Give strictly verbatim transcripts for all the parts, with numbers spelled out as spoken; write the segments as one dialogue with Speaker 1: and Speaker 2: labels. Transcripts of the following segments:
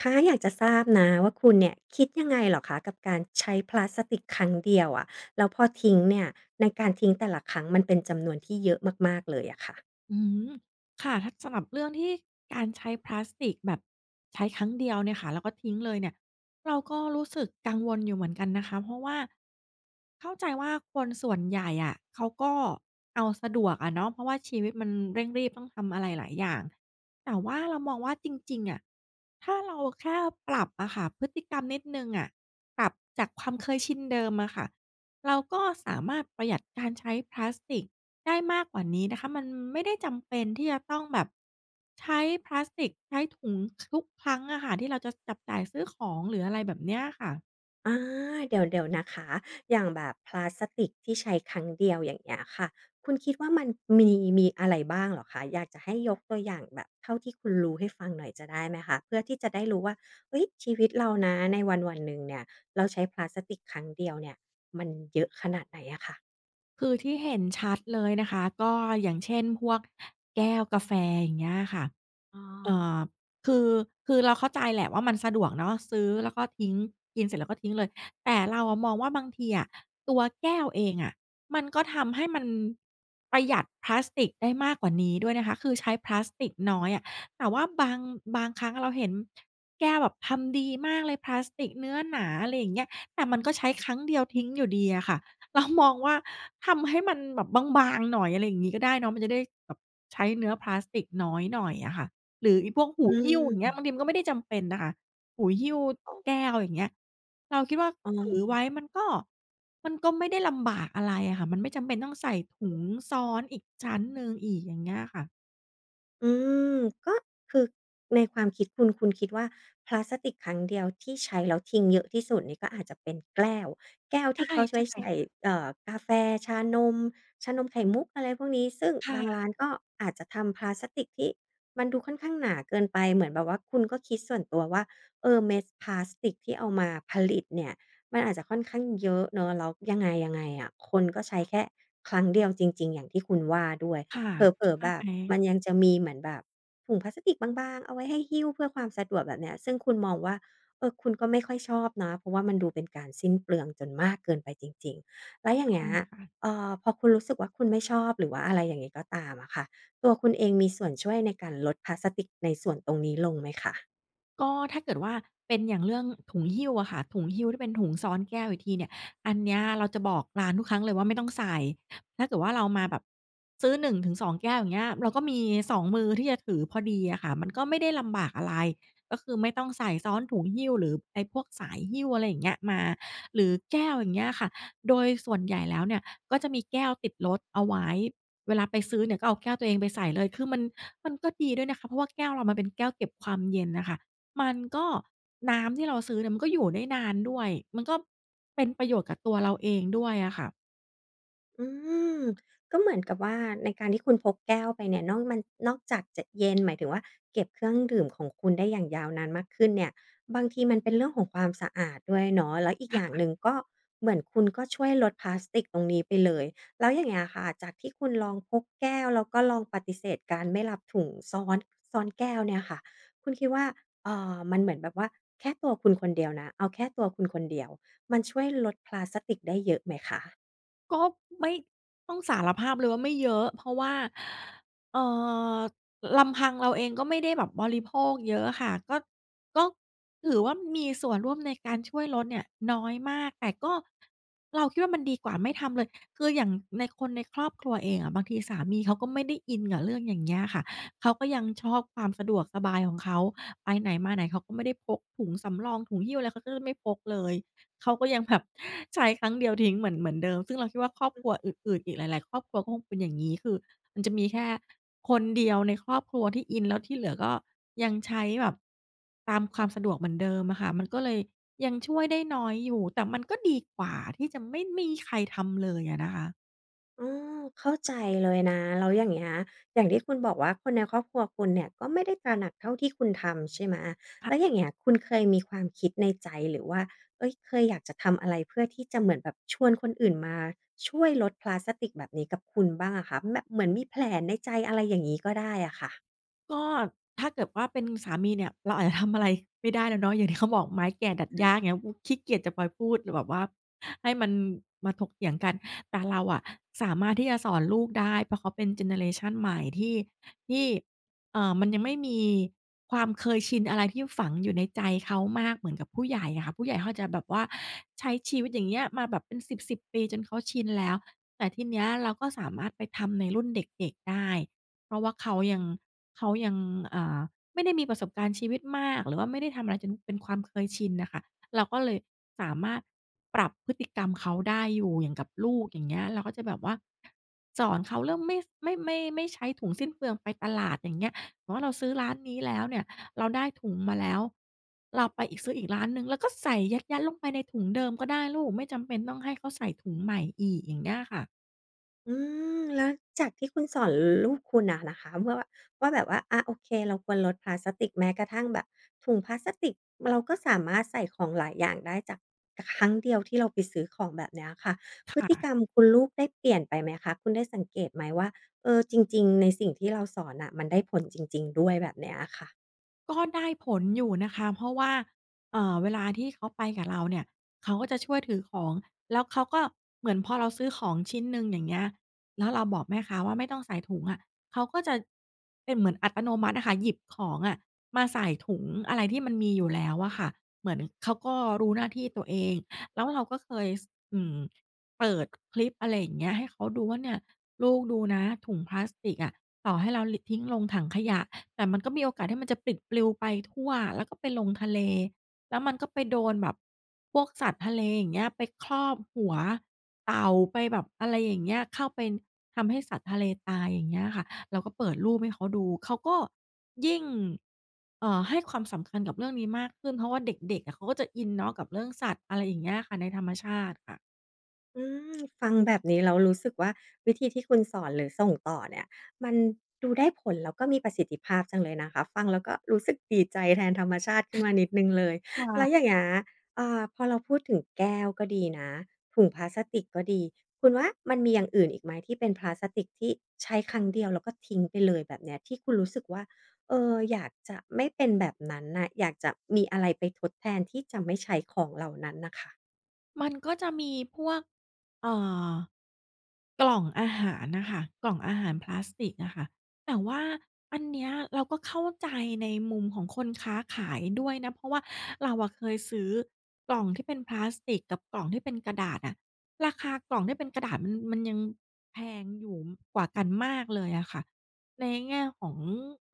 Speaker 1: คะอยากจะทราบนะว่าคุณเนี่ยคิดยังไงเหรอคะกับการใช้พลาสติกครั้งเดียวอะแล้วพอทิ้งเนี่ยในการทิ้งแต่ละครั้งมันเป็นจำนวนที่เยอะมากๆเลยอะค่ะ
Speaker 2: อืมค่ะถ้าสำหรับเรื่องที่การใช้พลาสติกแบบใช้ครั้งเดียวเนี่ยค่ะแล้วก็ทิ้งเลยเนี่ยเราก็รู้สึกกังวลอยู่เหมือนกันนะคะเพราะว่าเข้าใจว่าคนส่วนใหญ่อะเขาก็เอาสะดวกอะเนาะเพราะว่าชีวิตมันเร่งรีบต้องทำอะไรหลายอย่างแต่ว่าเรามองว่าจริงๆอะถ้าเราแค่ปรับอะค่ะพฤติกรรมนิดหนึ่งอะปรับจากความเคยชินเดิมอะค่ะเราก็สามารถประหยัดการใช้พลาสติก ได้มากกว่านี้นะคะมันไม่ได้จำเป็นที่จะต้องแบบใช้พลาสติกใช้ถุงทุกครั้งอะค่ะที่เราจะจับจ่ายซื้อของหรืออะไรแบบเนี้ยค่ะ
Speaker 1: อาเดี๋ยวเดี๋ยวนะคะอย่างแบบพลาสติกที่ใช้ครั้งเดียวอย่างเงี้ยค่ะคุณคิดว่ามันมีมีอะไรบ้างเหรอคะอยากจะให้ยกตัวอย่างแบบเท่าที่คุณรู้ให้ฟังหน่อยจะได้ไหมคะเพื่อที่จะได้รู้ว่าเฮ้ยชีวิตเรานะในวันๆหนึ่งเนี่ยเราใช้พลาสติกครั้งเดียวเนี่ยมันเยอะขนาดไหนอะค่ะ
Speaker 2: คือที่เห็นชัดเลยนะคะก็อย่างเช่นพวกแก้วกาแฟอย่างเงี้ยค่ะ
Speaker 1: อ้อ
Speaker 2: เอ่อคือคือเราเข้าใจแหละว่ามันสะดวกเนาะซื้อแล้วก็ทิ้งกินเสร็จแล้วก็ทิ้งเลยแต่เราอะมองว่าบางทีอะตัวแก้วเองอะมันก็ทำให้มันประหยัดพลาสติกได้มากกว่านี้ด้วยนะคะคือใช้พลาสติกน้อยอะแต่ว่าบางบางครั้งเราเห็นแก้วแบบทำดีมากเลยพลาสติกเนื้อหนาอะไรอย่างเงี้ยแต่มันก็ใช้ครั้งเดียวทิ้งอยู่ดีอะค่ะ เรามองว่าทำให้มันแบบบางๆหน่อยอะไรอย่างงี้ก็ได้เนาะมันจะได้แบบใช้เนื้อพลาสติกน้อยหน่อยอะค่ะหรือไอ้พวกหู
Speaker 1: อื
Speaker 2: หิ้วอย่าง
Speaker 1: ม
Speaker 2: เงี้ยบางทีมันก็ไม่ได้จำเป็นนะคะหูหิ้ว
Speaker 1: อ๋อ
Speaker 2: แก้วอย่างเงี้ยเราคิดว่าถือไว้
Speaker 1: ออ
Speaker 2: มันก็มันก็ไม่ได้ลำบากอะไรอะค่ะมันไม่จำเป็นต้องใส่ถุงซ้อนอีกชั้นหนึ่งอีกอย่างเงี้ยค่ะ
Speaker 1: อืมก็คือในความคิดคุณคุณคิดว่าพลาสติกครั้งเดียวที่ใช้แล้วทิ้งเยอะที่สุดนี่ก็อาจจะเป็นแก้วแก้วที่เขาไว้
Speaker 2: ใช่
Speaker 1: ใส่
Speaker 2: ๆ
Speaker 1: เอ่อกาแฟชานมชานมไข่มุกอะไรพวกนี้ซึ่งบาง
Speaker 2: ค่ะ
Speaker 1: ร้านก็อาจจะทำพลาสติกที่มันดูค่อนข้างหนาเกินไปเหมือนแบบว่าคุณก็คิดส่วนตัวว่าเออเม็ดพลาสติกที่เอามาผลิตเนี่ยมันอาจจะค่อนข้างเยอะเนาะแล้วยังไงยังไงอะคนก็ใช้แค่ครั้งเดียวจริงๆอย่างที่คุณว่าด้วย
Speaker 2: ค่ะ
Speaker 1: เผล
Speaker 2: ใช
Speaker 1: อๆแบบมัน
Speaker 2: ่
Speaker 1: ยังจะมีเหมือนแบบถุงพลาสติกบางๆเอาไว้ให้หิ้วเพื่อความสะดวกแบบเนี้ยซึ่งคุณมองว่าเออคุณก็ไม่ค่อยชอบนะเพราะว่ามันดูเป็นการสิ้นเปลืองจนมากเกินไปจริงๆแล้วอย่า
Speaker 2: ใช
Speaker 1: งเงี้ย
Speaker 2: ่
Speaker 1: เอ่อพอคุณรู้สึกว่าคุณไม่ชอบหรือว่าอะไรอย่างงี้ก็ตามอะค่ะตัวคุณเองมีส่วนช่วยในการลดพลาสติกในส่วนตรงนี้ลงไหมคะ
Speaker 2: ก็ถ้าเกิดว่าเป็นอย่างเรื่องถุงหิ้วอะค่ะถุงหิ้วที่เป็นถุงซ้อนแก้วอีกทีเนี่ยอันเนี้ยเราจะบอกร้านทุกครั้งเลยว่าไม่ต้องใส่ถ้าเกิดว่าเรามาแบบซื้อหนึ่งถึงสองแก้วอย่างเงี้ยเราก็มีสองมือที่จะถือพอดีอะค่ะมันก็ไม่ได้ลำบากอะไรก็คือไม่ต้องใส่ซ้อนถุงหิ้วหรือไอ้พวกสายหิ้วอะไรอย่างเงี้ยมาหรือแก้วอย่างเงี้ยค่ะโดยส่วนใหญ่แล้วเนี่ยก็จะมีแก้วติดรถเอาไว้เวลาไปซื้อเนี่ยก็เอาแก้วตัวเองไปใส่เลยคือมันมันก็ดีด้วยนะคะเพราะว่าแก้วเรามันเป็นแก้วเก็บความเย็นน่ะค่ะ มันก็น้ำที่เราซื้อเนี่ยมันก็อยู่ได้นานด้วย มันก็เป็นประโยชน์กับตัวเราเองด้วยอะค่ะ
Speaker 1: อืมก็เหมือนกับว่าในการที่คุณพกแก้วไปเนี่ยนอกมันนอกจากจะเย็นหมายถึงว่าเก็บเครื่องดื่มของคุณได้อย่างยาวนานมากขึ้นเนี่ยบางทีมันเป็นเรื่องของความสะอาดด้วยเนาะแล้วอีกอย่างหนึ่งก็เหมือนคุณก็ช่วยลดพลาสติกตรงนี้ไปเลยแล้วอย่างเงี้ยค่ะจากที่คุณลองพกแก้วแล้วก็ลองปฏิเสธการไม่รับถุงซ้อนซ้อนแก้วเนี่ยค่ะคุณคิดว่าเอ่อมันเหมือนแบบว่าแค่ตัวคุณคนเดียวนะเอาแค่ตัวคุณคนเดียวมันช่วยลดพลาสติกได้เยอะไหมคะ
Speaker 2: ก็ไม่ต้องสารภาพเลยว่าไม่เยอะเพราะว่าเอ่อลำพังเราเองก็ไม่ได้แบบบริโภคเยอะอะค่ะก็ก็ถือว่ามีส่วนร่วมในการช่วยลดเนี่ยน้อยมากแต่ก็เราคิดว่ามันดีกว่าไม่ทำเลยคืออย่างในคนในครอบครัวเองอะบางทีสามีเขาก็ไม่ได้อินกับเรื่องอย่างเงี้ยค่ะเขาก็ยังชอบความสะดวกสบายของเขาไปไหนมาไหนเขาก็ไม่ได้พกถุงสำรองถุงหิ้วอะไรเขาก็จะไม่พกเลย เขาก็ยังแบบ ใช้ครั้งเดียวทิ้งเหมือนเหมือนเดิมซึ่งเราคิดว่าครอบครัวอื่นๆอีกหลายๆครอบครัวก็คงเป็นอย่างนี้คือมันจะมีแค่คนเดียวในครอบครัวที่อินแล้วที่เหลือก็ยังใช้แบบตามความสะดวกเหมือนเดิมอะค่ะมันก็เลยยังช่วยได้น้อยอยู่แต่มันก็ดีกว่าที่จะไม่มีใครทำเลยอะนะคะ
Speaker 1: อ๋อเข้าใจเลยนะแล้วอย่างเงี้ยอย่างที่คุณบอกว่าคนในครอบครัวคุณเนี่ยก็ไม่ได้ตระหนักเท่าที่คุณทำใช่ไหมแล้วอย่างเงี้ยคุณเคยมีความคิดในใจหรือว่าเฮ้ยเคยอยากจะทำอะไรเพื่อที่จะเหมือนแบบชวนคนอื่นมาช่วยลดพลาสติกแบบนี้กับคุณบ้างอะคะแบบเหมือนมีแผนในใจอะไรอย่างงี้ก็ได้อะค่ะ
Speaker 2: ก็ถ้าเกิดว่าเป็นสามีเนี่ยเราอาจจะทำอะไรไม่ได้แล้วเนาะอย่างที่เขาบอกไม้แก่ดัดยากอย่างเงี้ยขี้เกียจจะไปพูดหรือแบบว่าให้มันมาถกเถียงกันแต่เราอะสามารถที่จะสอนลูกได้เพราะเขาเป็นเจเนอเรชันใหม่ที่ที่เอ่อมันยังไม่มีความเคยชินอะไรที่ฝังอยู่ในใจเขามากเหมือนกับผู้ใหญ่อะค่ะผู้ใหญ่เขาจะแบบว่าใช้ชีวิตอย่างเงี้ยมาแบบเป็นสิบๆๆปีจนเขาชินแล้วแต่ทีเนี้ยเราก็สามารถไปทำในรุ่นเด็กๆได้ เพราะว่าเขายังเขายังอ่าไม่ได้มีประสบการณ์ชีวิตมากหรือว่าไม่ได้ทำอะไรจนเป็นความเคยชินน่ะค่ะเราก็เลยสามารถปรับพฤติกรรมเขาได้อยู่อย่างกับลูกอย่างเงี้ยเราก็จะแบบว่าสอนเขาเรื่องไม่สไม่ไม่ไม่ใช้ถุงสิ้นเปลืองไปตลาดอย่างเงี้ยสมมุติว่าเราซื้อร้านนี้แล้วเนี่ยเราได้ถุงมาแล้วเราไปอีกซื้ออีกร้านหนึ่งเราก็ใส่ยัดๆลงไปในถุงเดิมก็ได้ลูกไม่จำเป็นต้องให้เขาใส่ถุงใหม่อีกอย่างเงี้ยค่ะ
Speaker 1: อืมแล้วจากที่คุณสอนลูกคุณอะนะคะว่าว่าแบบว่าอาโอเคเราควรลดพลาสติกแม้กระทั่งแบบถุงพลาสติกเราก็สามารถใส่ของหลายอย่างได้จากครั้งเดียวที่เราไปซื้อของแบบเนี้ยค่ะพฤติกรรม
Speaker 2: ค่ะ
Speaker 1: คุณลูกได้เปลี่ยนไปไหมคะคุณได้สังเกตไหมว่าเออจริงๆในสิ่งที่เราสอนน่ะมันได้ผลจริงๆด้วยแบบเนี้ยอะค่ะ
Speaker 2: ก็ได้ผลอยู่นะคะเพราะว่าเอ่อเวลาที่เขาไปกับเราเนี่ยเขาก็จะช่วยถือของแล้วเขาก็เหมือนพอเราซื้อของชิ้นหนึ่งอย่างเงี้ยแล้วเราบอกแม่ค้าว่าไม่ต้องใส่ถุงอะเขาก็จะเป็นเหมือนอัตโนมัติอะค่ะหยิบของอะมาใส่ถุงอะไรที่มันมีอยู่แล้วอะค่ะเหมือนเขาก็รู้หน้าที่ตัวเองแล้วเราก็เคยสอืมเปิดคลิปอะไรอย่างเงี้ยให้เขาดูว่าเนี่ยลูกดูนะถุงพลาสติกอะต่อให้เราลทิ้งลงถังขยะ แต่มันก็มีโอกาสที่มันจะปลิดปลิวไปทั่วแล้วก็ไปลงทะเลแล้วมันก็ไปโดนแบบพวกสัตว์ทะเลอย่างเงี้ยไปครอบหัวเต่าไปแบบอะไรอย่างเงี้ยเข้าไปทำให้สัตว์ทะเลตายอย่างเงี้ยค่ะเราก็เปิดรูปให้เขาดูเขาก็ยิ่งเอ่อให้ความสำคัญกับเรื่องนี้มากขึ้นเพราะว่าเด็กๆอะเขาก็จะอินเนาะกับเรื่องสัตว์อะไรอย่างเงี้ยค่ะในธรรมชาติค่ะ
Speaker 1: อืมฟังแบบนี้แล้วรู้สึกว่าวิธีที่คุณสอนหรือส่งต่อเนี่ยมันดูได้ผลแล้วก็มีประสิทธิภาพจังเลยนะคะฟังแล้วก็รู้สึกดีใจแทนธรรมชาติขึ้นมานิดหนึ่งเลย
Speaker 2: ค
Speaker 1: แล้วอย่าง
Speaker 2: ่ะ
Speaker 1: เงี้ยอ่าพอเราพูดถึงแก้วก็ดีนะถุงพลาสติกก็ดีคุณว่ามันมีอย่างอื่นอีกไหมที่เป็นพลาสติกที่ใช้ครั้งเดียวแล้วก็ทิ้งไปเลยแบบเนี้ยที่คุณรู้สึกว่าเอออยากจะไม่เป็นแบบนั้นน่ะอยากจะมีอะไรไปทดแทนที่จะไม่ใช้ของเหล่านั้นน่ะค่ะ
Speaker 2: มันก็จะมีพวกเอ่อ กล่องอาหารน่ะค่ะกล่องอาหารพลาสติกอะค่ะแต่ว่าอันเนี้ยเราก็เข้าใจในมุมของคนค้าขายด้วยนะเพราะว่าเราอะเคยซื้อกล่องที่เป็นพลาสติกกับกล่องที่เป็นกระดาษอะราคากล่องที่เป็นกระดาษมันมันยังแพงอยู่กว่ากันมากเลยอะค่ะในแง่ของ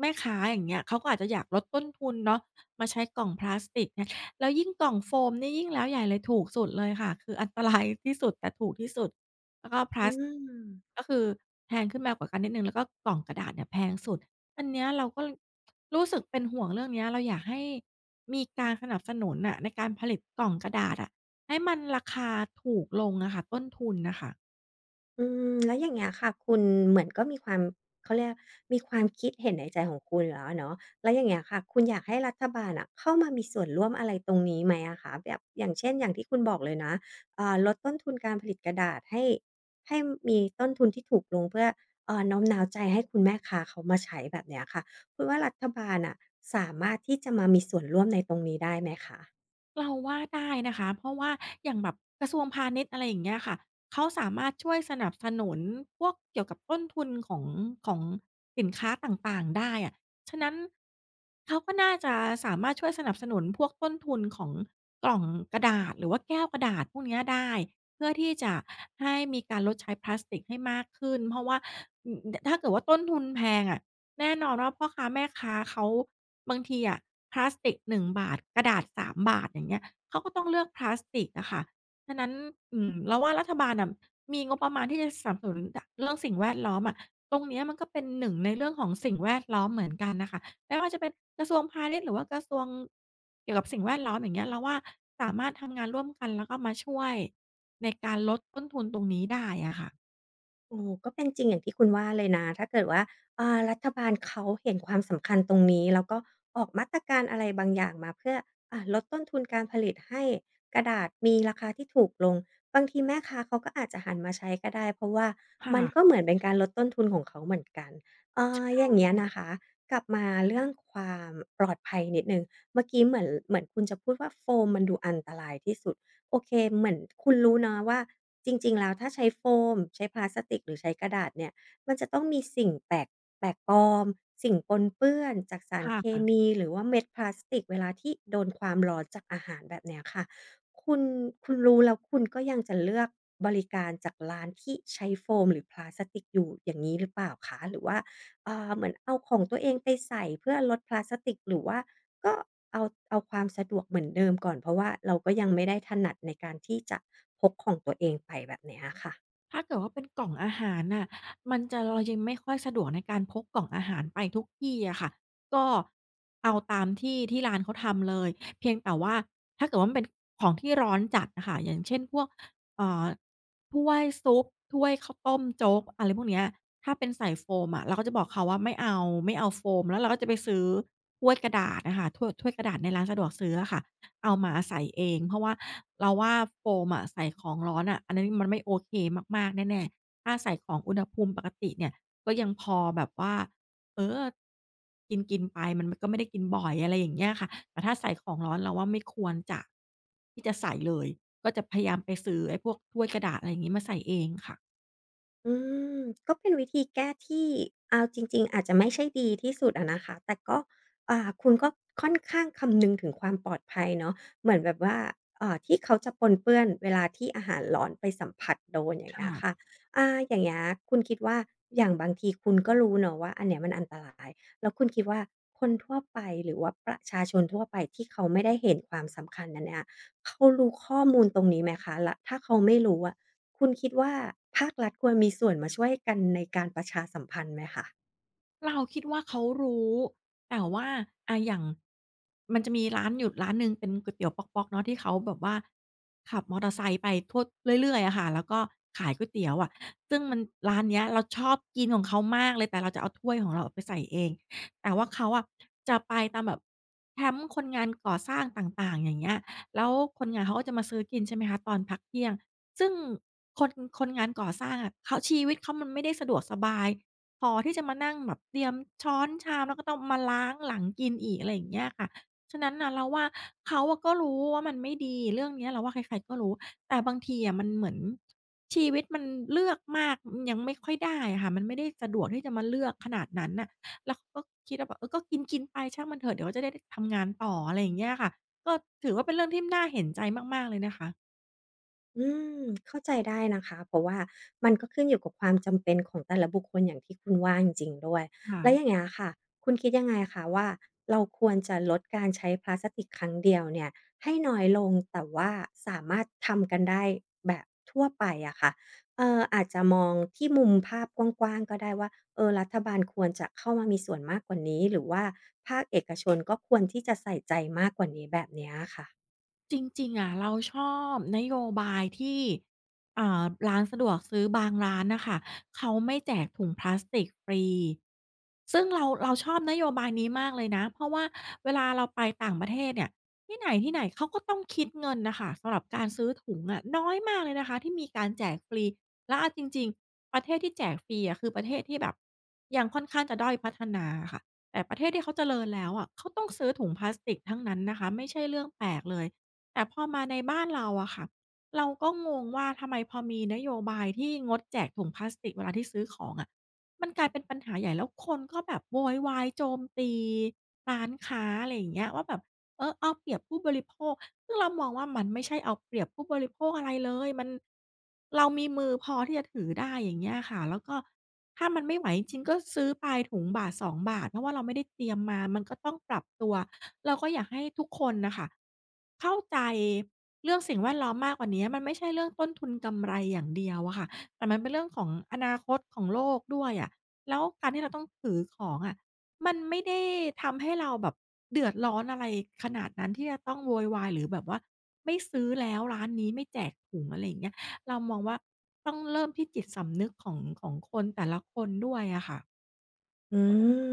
Speaker 2: แม่ค้าอย่างเงี้ยเขาก็อาจจะอยากลดต้นทุนเนาะมาใช้กล่องพลาสติกเนี่ยแล้วยิ่งกล่องโฟมนี่ยิ่งแล้วใหญ่เลยถูกสุดเลยค่ะคืออันตรายที่สุดแต่ถูกที่สุด แล้วก็พ
Speaker 1: อื
Speaker 2: ลัส
Speaker 1: ม
Speaker 2: ก็คือแพงขึ้นมากว่ากันนิดหนึ่งแล้วก็กล่องกระดาษเนี่ยแพงสุด อันเนี้ยเราก็ลรู้สึกเป็นห่วงเรื่องเนี้ยเราอยากให้มีการสนับสนุนน่ะในการผลิตกล่องกระดาษอะให้มันราคาถูกลงอะค่ะต้นทุนน่ะค่ะ
Speaker 1: อืมแล้วอย่างเงี้ยค่ะคุณเหมือนก็มีความเขาเรียกมีความคิดเห็นในใจของคุณอยู่แล้วอะเนาะแล้วอย่างเงี้ยค่ะคุณอยากให้รัฐบาลอะเข้ามามีส่วนร่วมอะไรตรงนี้ไหมอะคะแบบอย่างเช่นอย่างที่คุณบอกเลยนะอ่าลดต้นทุนการผลิตกระดาษให้ให้มีต้นทุนที่ถูกลงเพื่อเอ่อโน้มน้าวใจให้คุณแม่ค้าเขามาใช้แบบเนี้ยค่ะคุณว่ารัฐบาลน่ะสามารถที่จะมามีส่วนร่วมในตรงนี้ได้ไหมคะ
Speaker 2: เราว่าได้นะคะเพราะว่าอย่างแบบกระทรวงพาณิชย์อะไรอย่างเงี้ยค่ะเขาสามารถช่วยสนับสนุนพวกเกี่ยวกับต้นทุนของของสินค้าต่างๆได้อะฉะนั้นเขาก็น่าจะสามารถช่วยสนับสนุนพวกต้นทุนของกล่องกระดาษหรือว่าแก้วกระดาษพวกเนี้ยได้เพื่อที่จะให้มีการลดใช้พลาสติกให้มากขึ้นเพราะว่าอือถ้าเกิดว่าต้นทุนแพงอะ แน่นอนว่าพ่อค้าแม่ค้าเขาบางทีอะพลาสติกหนึ่งบาทกระดาษสามบาทอย่างเงี้ยเขาก็ต้องเลือกพลาสติกอะค่ะฉะนั้นอืมเราว่ารัฐบาลน่ะมีงบประมาณที่จะสนับสนุนดเรื่องสิ่งแวดล้อมอะตรงเนี้ยมันก็เป็นหนึ่งในเรื่องของสิ่งแวดล้อมเหมือนกันน่ะค่ะไม่ว่าจะเป็นกระทรวงพาณิชย์หรือว่ากระทรวงเกี่ยวกับสิ่งแวดล้อมอย่างเงี้ยเราว่าสามารถทำงานร่วมกันแล้วก็มาช่วยในการลดต้นทุนตรงนี้ได้อะค่ะ
Speaker 1: โอ้ก็เป็นจริงอย่างที่คุณว่าเลยนะถ้าเกิดว่าอ่ารัฐบาลเขาเห็นความสำคัญตรงนี้แล้วก็ออกมาตรการอะไรบางอย่างมาเพื่ออ่าลดต้นทุนการผลิตให้กระดาษมีราคาที่ถูกลงบางทีแม่ค้าเขาก็อาจจะหันมาใช้ก็ได้เพราะว่ามันก็เห
Speaker 2: ค่ะ
Speaker 1: มือนเป็นการลดต้นทุนของเขาเหมือนกันเอ่ออย่างเงี้ยนะคะกลับมาเรื่องความปลอดภัยนิดหนึ่งเมื่อกี้เหมือนเหมือนคุณจะพูดว่าโฟมมันดูอันตรายที่สุด โอเคเหมือนคุณรู้เนาะว่าจริงๆแล้วถ้าใช้โฟมใช้พลาสติกหรือใช้กระดาษเนี่ยมันจะต้องมีสิ่งแปลกแปลกปลอมสิ่งปนเปื้อนจากสาร
Speaker 2: ค่
Speaker 1: เคมี
Speaker 2: ะ
Speaker 1: หรือว่าเม็ดพลาสติกเวลาที่โดนความร้อนจากอาหารแบบเนี้ยค่ะคุณคุณรู้แล้วคุณก็ยังจะเลือกบริการจากร้านที่ใช้โฟมหรือพลาสติกอยู่อย่างงี้หรือเปล่าคะหรือว่าเอ่อเหมือนเอาของตัวเองไปใส่เพื่อลดพลาสติกหรือว่า ก็เอาเอาความสะดวกเหมือนเดิมก่อนเพราะว่าเราก็ยังไม่ได้ถนัดในการที่จะพกของตัวเองไปแบบเนี้ยอะค่ะ
Speaker 2: ถ้าเกิดว่าเป็นกล่องอาหารน่ะมันจะเรายังไม่ค่อยสะดวกในการพกกล่องอาหารไปทุกที่อะค่ะก็เอาตามที่ที่ร้านเขาทำเลยเพียงแต่ว่าถ้าเกิดว่ามันเป็นของที่ร้อนจัดอะค่ะอย่างเช่นพวกเอ่อถ้วยซุปถ้วยข้าวต้มโจ๊กอะไรพวกเนี้ยถ้าเป็นใส่โฟมอะเราก็จะบอกเขาว่าไม่เอาไม่เอาโฟมแล้วเราก็จะไปซื้อถ้วยกระดาษอะค่ะถ้วยถ้วยกระดาษในร้านสะดวกซื้ออะค่ะ เอาหมาใส่เองเพราะว่าเราว่าโฟมอะใส่ของร้อนอะอันนั้นมันไม่โอเคมากๆแน่ๆถ้าใส่ของอุณหภูมิปกติเนี่ยก็ยังพอแบบว่าเออกินๆไปมันก็ไม่ได้กินบ่อยอะไรอย่างเงี้ยค่ะแต่ถ้าใส่ของร้อนเราว่าไม่ควรจะที่จะใส่เลยก็จะพยายามไปซื้อไอ้พวกถ้วยกระดาษอะไรอย่างงี้มาใส่เองค่ะ
Speaker 1: อืมก็เป็นวิธีแก้ที่เอาจริงๆอาจจะไม่ใช่ดีที่สุดอะนะคะแต่ก็อ่าคุณก็ค่อนข้างคำนึงถึงความปลอดภัยเนาะเหมือนแบบว่าอ่าที่เขาจะปนเปื้อนเวลาที่อาหารร้อนไปสัมผัสโดนอย่า
Speaker 2: ค
Speaker 1: งเงี้ยค่ะ
Speaker 2: ่ะ
Speaker 1: อ่าอย่างเงี้ยคุณคิดว่าอย่างบางทีคุณก็รู้เนาะว่าอันเนี้ยมันอันตรายแล้วคุณคิดว่าคนทั่วไปหรือว่าประชาชนทั่วไปที่เขาไม่ได้เห็นความสำคัญอันเนี้ยเขารู้ข้อมูลตรงนี้ไหมคะแล้วถ้าเขาไม่รู้อะ คุณคิดว่าภาครัฐควรมีส่วนมาช่วยกันในการประชาสัมพันธ์ไหมคะ
Speaker 2: เราคิดว่าเขารู้แต่ว่าอ่าอย่างมันจะมีร้านอยู่ร้านหนึ่งเป็นก๋วยเตี๋ยวป๊อกๆเนาะที่เขาแบบว่าขับมอเตอร์ไซค์ไปทั่วเรื่อยๆอะค่ะแล้วก็ขายก๋วยเตี๋ยวอะซึ่งมันร้านเนี้ยเราชอบกินของเขามากเลยแต่เราจะเอาถ้วยของเราไปใส่เองแต่ว่าเขาอะจะไปตามแบบแคมป์คนงานก่อสร้างต่างๆอย่างเงี้ยแล้วคนงานเขาก็จะมาซื้อกินใช่ไหมคะตอนพักเที่ยงซึ่งคนคนงานก่อสร้างอะเขาชีวิตเขามันไม่ได้สะดวกสบาย พอที่จะมานั่งแบบเตรียมช้อนชามแล้วก็ต้องมาล้างหลังกินอีกอะไรอย่างเงี้ยค่ะฉะนั้นน่ะเราว่าเขาอะก็รู้ว่ามันไม่ดีเรื่องเนี้ยเราว่าใครๆก็รู้แต่บางทีอะมันเหมือนชีวิตมันเลือกมากอืมยังไม่ค่อยได้อะค่ะมันไม่ได้สะดวกที่จะมาเลือกขนาดนั้นน่ะแล้วเขาก็คิดว่าแบบเออก็กินๆไปช่างมันเถอะเดี๋ยวจะได้ได้ทำงานต่ออะไรอย่างเงี้ยค่ะก็ถือว่าเป็นเรื่องที่น่าเห็นใจมากๆเลยนะคะ
Speaker 1: อืมเข้าใจได้นะคะเพราะว่ามันก็ขึ้นอยู่กับความจำเป็นของแต่ละบุคคลอย่างที่คุณว่าจริงๆด้วยแล้วอย่าง
Speaker 2: ค่ะ
Speaker 1: เงี้ยค่ะคุณคิดยังไงคะว่าเราควรจะลดการใช้พลาสติกครั้งเดียวเนี่ยให้น้อยลงแต่ว่าสามารถทำกันได้แบบทั่วไปอะค่ะเอ่ออาจจะมองที่มุมภาพกว้างๆก็ได้ว่าเออรัฐบาลควรจะเข้ามามีส่วนมากกว่านี้หรือว่าภาคเอกชนก็ควรที่จะใส่ใจมากกว่านี้แบบเนี้ยอะค่ะ
Speaker 2: จริงๆอะเราชอบนโยบายที่อ่าร้านสะดวกซื้อบางร้านน่ะค่ะเขาไม่แจกถุงพลาสติกฟรีซึ่งเราเราชอบนโยบายนี้มากเลยนะเพราะว่าเวลาเราไปต่างประเทศเนี่ยที่ไหนๆเขาก็ต้องคิดเงินน่ะค่ะสำหรับการซื้อถุงอะน้อยมากเลยนะคะที่มีการแจกฟรีแล้วเอาจริงๆประเทศที่แจกฟรีอะคือประเทศที่แบบยังค่อนข้างจะด้อยพัฒนาอะค่ะแต่ประเทศที่เขาเจริญแล้วอะเขาต้องซื้อถุงพลาสติกทั้งนั้นนะคะไม่ใช่เรื่องแปลกเลย แต่พอมาในบ้านเราอะค่ะเราก็งงว่าทำไมพอมีนโยบายที่งดแจกถุงพลาสติกเวลาที่ซื้อของอะมันกลายเป็นปัญหาใหญ่แล้วคนก็แบบโวยวายโจมตีร้านค้าอะไรอย่างเงี้ยว่าแบบ เออเอาเปรียบผู้บริโภคซึ่งเรามองว่ามันไม่ใช่เอาเปรียบผู้บริโภคอะไรเลยมันเรามีมือพอที่จะถือได้อย่างเงี้ยค่ะแล้วก็ถ้ามันไม่ไหวจริงๆก็ซื้อไปถุงบาทสองบาทเพราะว่าเราไม่ได้เตรียมมามันก็ต้องปรับตัวเราก็อยากให้ทุกคนน่ะค่ะเข้าใจเรื่องสิ่งแวดล้อมมากกว่าเนี้ยมันไม่ใช่เรื่องต้นทุนกำไรอย่างเดียวอะค่ะแต่มันเป็นเรื่องของอนาคตของโลกด้วยอะแล้วการที่เราต้องถือของอะ มันไม่ได้ทำให้เราแบบเดือดร้อนอะไรขนาดนั้นที่จะต้องโวยวายหรือแบบว่าไม่ซื้อแล้วร้านนี้ไม่แจกถุงอะไรอย่างเงี้ยเรามองว่าต้องเริ่มที่จิตสำนึกของของคนแต่ละคนด้วยอะค่ะ
Speaker 1: อื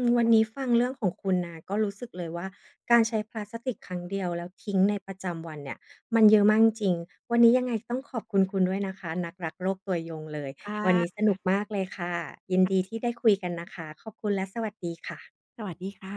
Speaker 1: มวันนี้ฟังเรื่องของคุณนะก็รู้สึกเลยว่าการใช้พลาสติกครั้งเดียวแล้วทิ้งในประจำวันเนี่ยมันเยอะมากจริงวันนี้ยังไงต้องขอบคุณคุณด้วยนะคะนักรักโลกตัวยงเลย
Speaker 2: ค
Speaker 1: วันนี้ส
Speaker 2: ่ะ
Speaker 1: นุกมากเลยค่ะยินดีที่ได้คุยกันนะคะขอบคุณและสวัสดีค่ะ
Speaker 2: สวัสดีค่ะ